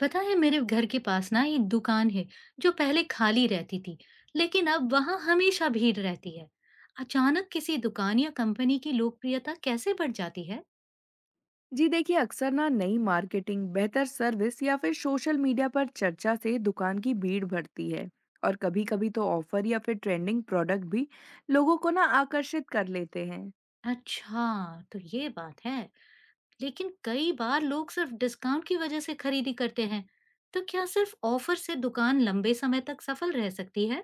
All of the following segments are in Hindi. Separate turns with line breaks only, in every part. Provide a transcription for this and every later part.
पता है मेरे घर के पास ना एक दुकान है जो पहले खाली रहती थी लेकिन अब वहां हमेशा भीड़ रहती है। अचानक किसी दुकान या कंपनी की लोकप्रियता कैसे बढ़ जाती है?
जी देखिए अक्सर ना नई मार्केटिंग बेहतर सर्विस या फिर सोशल मीडिया पर चर्चा से दुकान की भीड़ बढ़ती है। और कभी कभी तो ऑफर या फिर ट्रेंडिंग प्रोडक्ट भी लोगों को ना आकर्षित कर लेते हैं।
अच्छा, तो ये बात है। लेकिन कई बार लोग सिर्फ डिस्काउंट की वजह से खरीदी करते हैं, तो क्या सिर्फ ऑफर से दुकान लंबे समय तक सफल रह सकती है?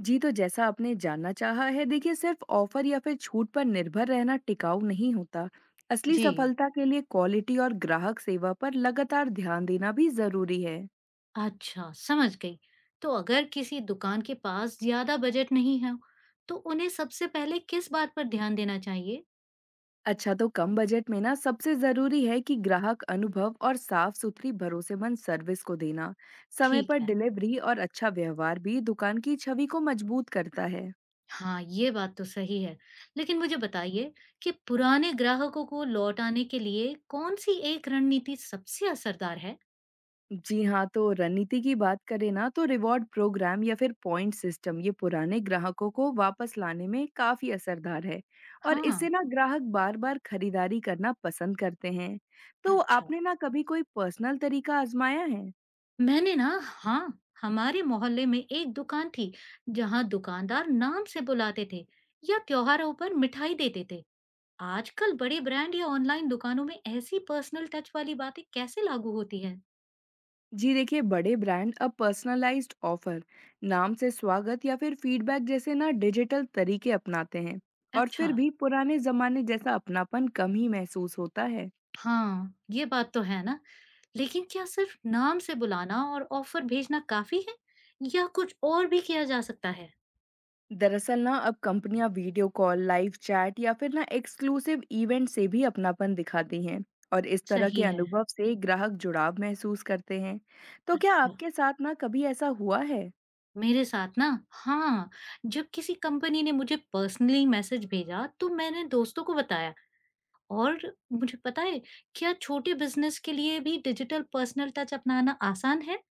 जी तो जैसा आपने जानना चाहा है, देखिए सिर्फ ऑफर या फिर छूट पर निर्भर रहना टिकाऊ नहीं होता। असली
जी,
सफलता के लिए क्वालिटी और ग्राहक सेवा पर लगातार ध्यान देना भी जरूरी है।
अच्छा, समझ गई। तो अगर किसी दुकान के पास ज्यादा बजट नहीं है, तो उन्हें सबसे पहले किस बात पर ध्यान देना चाहिए?
अच्छा तो कम बजट में ना सबसे जरूरी है कि ग्राहक अनुभव और साफ सुथरी भरोसेमंद सर्विस को देना। समय
ठीक
पर
है।
डिलीवरी और अच्छा व्यवहार भी दुकान की छवि को मजबूत करता है।
हाँ, ये बात तो सही है। लेकिन मुझे बताइए कि पुराने ग्राहकों को लौटाने के लिए कौन-सी एक रणनीति सबसे असरदार है?
जी हाँ, तो रणनीति की बात करें ना, तो रिवॉर्ड प्रोग्राम या फिर पॉइंट सिस्टम ये पुराने ग्राहकों को वापस लाने में काफी असरदार है। और
हाँ,
इससे ना ग्राहक बार बार खरीदारी करना पसंद करते हैं। तो
अच्छा।
आपने ना कभी कोई पर्सनल तरीका आजमाया है?
मैंने ना हाँ, हमारे मोहल्ले में एक दुकान थी, जहाँ दुकानदार नाम से बुलाते थे या त्योहारों पर मिठाई देते थे। आजकल बड़े ब्रांड या ऑनलाइन दुकानों में ऐसी पर्सनल टच वाली बातें कैसे लागू होती हैं?
जी देखिए बड़े ब्रांड अब पर्सनलाइज्ड ऑफर, नाम से स्वागत या फिर फीडबैक जैसे ना डिजिटल तरीके अपनाते हैं। और
अच्छा।
फिर भी पुराने जमाने जैसा अपनापन कम ही महसूस होता है।
हाँ, ये बात तो है ना। लेकिन क्या सिर्फ नाम से बुलाना और ऑफर भेजना काफ़ी है? या कुछ और भी किया जा सकता है?
दरअसल ना अब कंपनियां वीडियो कॉल, लाइव चैट या फिर ना एक्सक्लूसिव इवेंट से भी अपनापन दिखाती हैं। और इस तरह के
सही है।
अनुभव से ग्राहक जुड़ाव महसूस करते हैं। तो क्या
अच्छा।
आपके साथ ना कभी ऐसा हुआ है?
मेरे साथ ना हाँ, जब किसी कंपनी ने मुझे पर्सनली मैसेज भेजा तो मैंने दोस्तों को बताया। और मुझे पता है, क्या छोटे बिज़नेस के लिए भी डिजिटल पर्सनल टच अपनाना आसान है?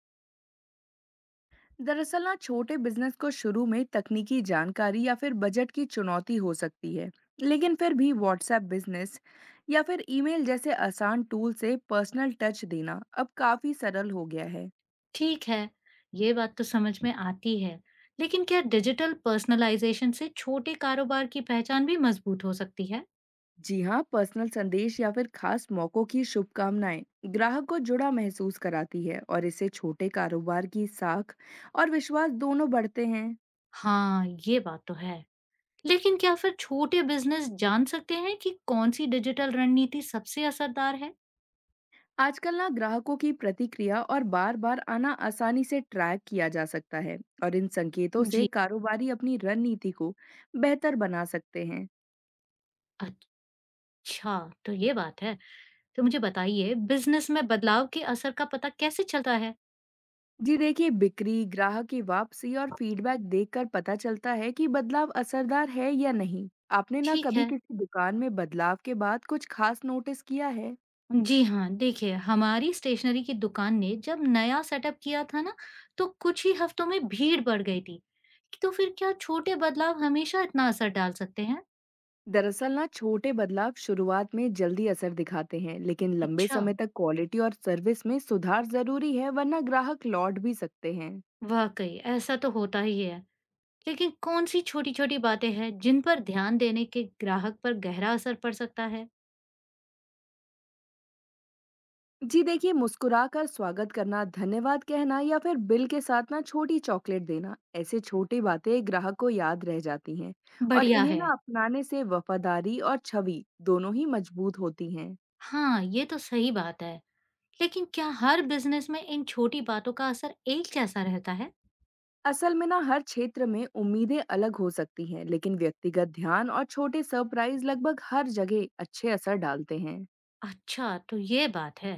दरअसल ना छोटे बिजनेस को शुरू में तकनीकी जानकारी या फिर बजट की चुनौती हो सकती है। लेकिन फिर भी व्हाट्सएप बिजनेस या फिर ईमेल जैसे आसान टूल से पर्सनल टच देना अब काफी सरल हो गया है।
ठीक है, ये बात तो समझ में आती है। लेकिन क्या डिजिटल पर्सनलाइज़ेशन से छोटे कारोबार की पहचान भी मजबूत हो सकती है?
जी हाँ, पर्सनल संदेश या फिर खास मौकों की शुभकामनाएं ग्राहक को जुड़ा महसूस कराती है, और इससे छोटे कारोबार की साख और विश्वास दोनों बढ़ते हैं।
हाँ, ये बात तो है। लेकिन क्या फिर छोटे बिजनेस जान सकते हैं कि कौन सी डिजिटल रणनीति सबसे असरदार है?
आजकल ना ग्राहकों की प्रतिक्रिया और बार बार आना आसानी से ट्रैक किया जा सकता है, और इन संकेतों से
जी।
कारोबारी अपनी रणनीति को बेहतर बना सकते हैं।
अच्छा, तो ये बात है। तो मुझे बताइए, बिजनेस में बदलाव के असर का पता कैसे चलता है?
जी देखिए बिक्री, ग्राहक की वापसी और फीडबैक देखकर पता चलता है कि बदलाव असरदार है या नहीं। आपने ना
ठीक
कभी
है।
किसी दुकान में बदलाव के बाद कुछ खास नोटिस किया है?
जी हाँ, देखिए, हमारी स्टेशनरी की दुकान ने जब नया सेटअप किया था ना, तो कुछ ही हफ्तों में भीड़ बढ़ गई थी। तो फिर क्या छोटे बदलाव हमेशा इतना असर डाल सकते हैं?
दरअसल ना छोटे बदलाव शुरुआत में जल्दी असर दिखाते हैं, लेकिन लंबे
अच्छा,
समय तक क्वालिटी और सर्विस में सुधार जरूरी है, वरना ग्राहक लौट भी सकते हैं।
वाकई ऐसा तो होता ही है। लेकिन कौन सी छोटी-छोटी बातें हैं जिन पर ध्यान देने के ग्राहक पर गहरा असर पड़ सकता है?
जी देखिए मुस्कुराकर स्वागत करना, धन्यवाद कहना या फिर बिल के साथ ना छोटी चॉकलेट देना, ऐसे छोटी बातें ग्राहक को याद रह जाती हैं। और
बढ़िया
इन्हें
है।
ना अपनाने से वफादारी और छवि दोनों ही मजबूत होती हैं।
हाँ, ये तो सही बात है। लेकिन क्या हर बिजनेस में इन छोटी बातों का असर एक जैसा रहता है?
असल में ना हर क्षेत्र में उम्मीदें अलग हो सकती हैं, लेकिन व्यक्तिगत ध्यान और छोटे सरप्राइज लगभग हर जगह अच्छे असर डालते हैं।
अच्छा, तो ये बात है।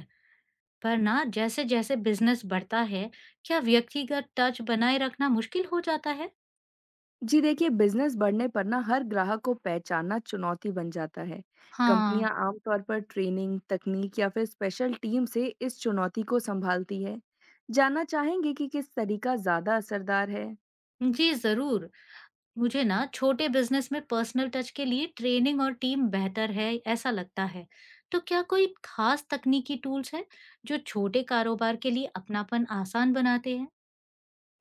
पर ना जैसे-जैसे बिजनेस बढ़ता है, क्या व्यक्तिगत टच बनाए रखना मुश्किल हो जाता है?
जी देखिए बिजनेस बढ़ने पर ना हर ग्राहक को पहचानना चुनौती बन जाता है।
हाँ,
कंपनियां आमतौर पर ट्रेनिंग, तकनीक या फिर स्पेशल टीम से इस चुनौती को संभालती है। जानना चाहेंगे कि किस तरीका ज्यादा असरदार है?
जी जरूर। मुझे ना छोटे बिजनेस में पर्सनल टच के लिए ट्रेनिंग और टीम बेहतर है, ऐसा लगता है। तो क्या कोई खास तकनीकी टूल्स है जो छोटे कारोबार के लिए अपनापन आसान बनाते हैं?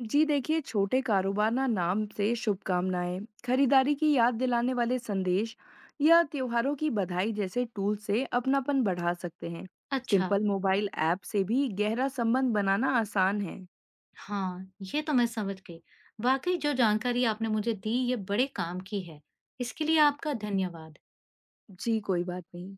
जी देखिए छोटे कारोबार ना नाम से शुभकामनाएं, खरीदारी की याद दिलाने वाले संदेश या त्योहारों की बधाई जैसे टूल से अपनापन बढ़ा सकते हैं।
अच्छा।
सिंपल मोबाइल ऐप से भी गहरा संबंध बनाना आसान है।
हाँ, ये तो मैं समझ गई। वाकई जो जानकारी आपने मुझे दी, ये बड़े काम की है। इसके लिए आपका धन्यवाद।
जी कोई बात नहीं।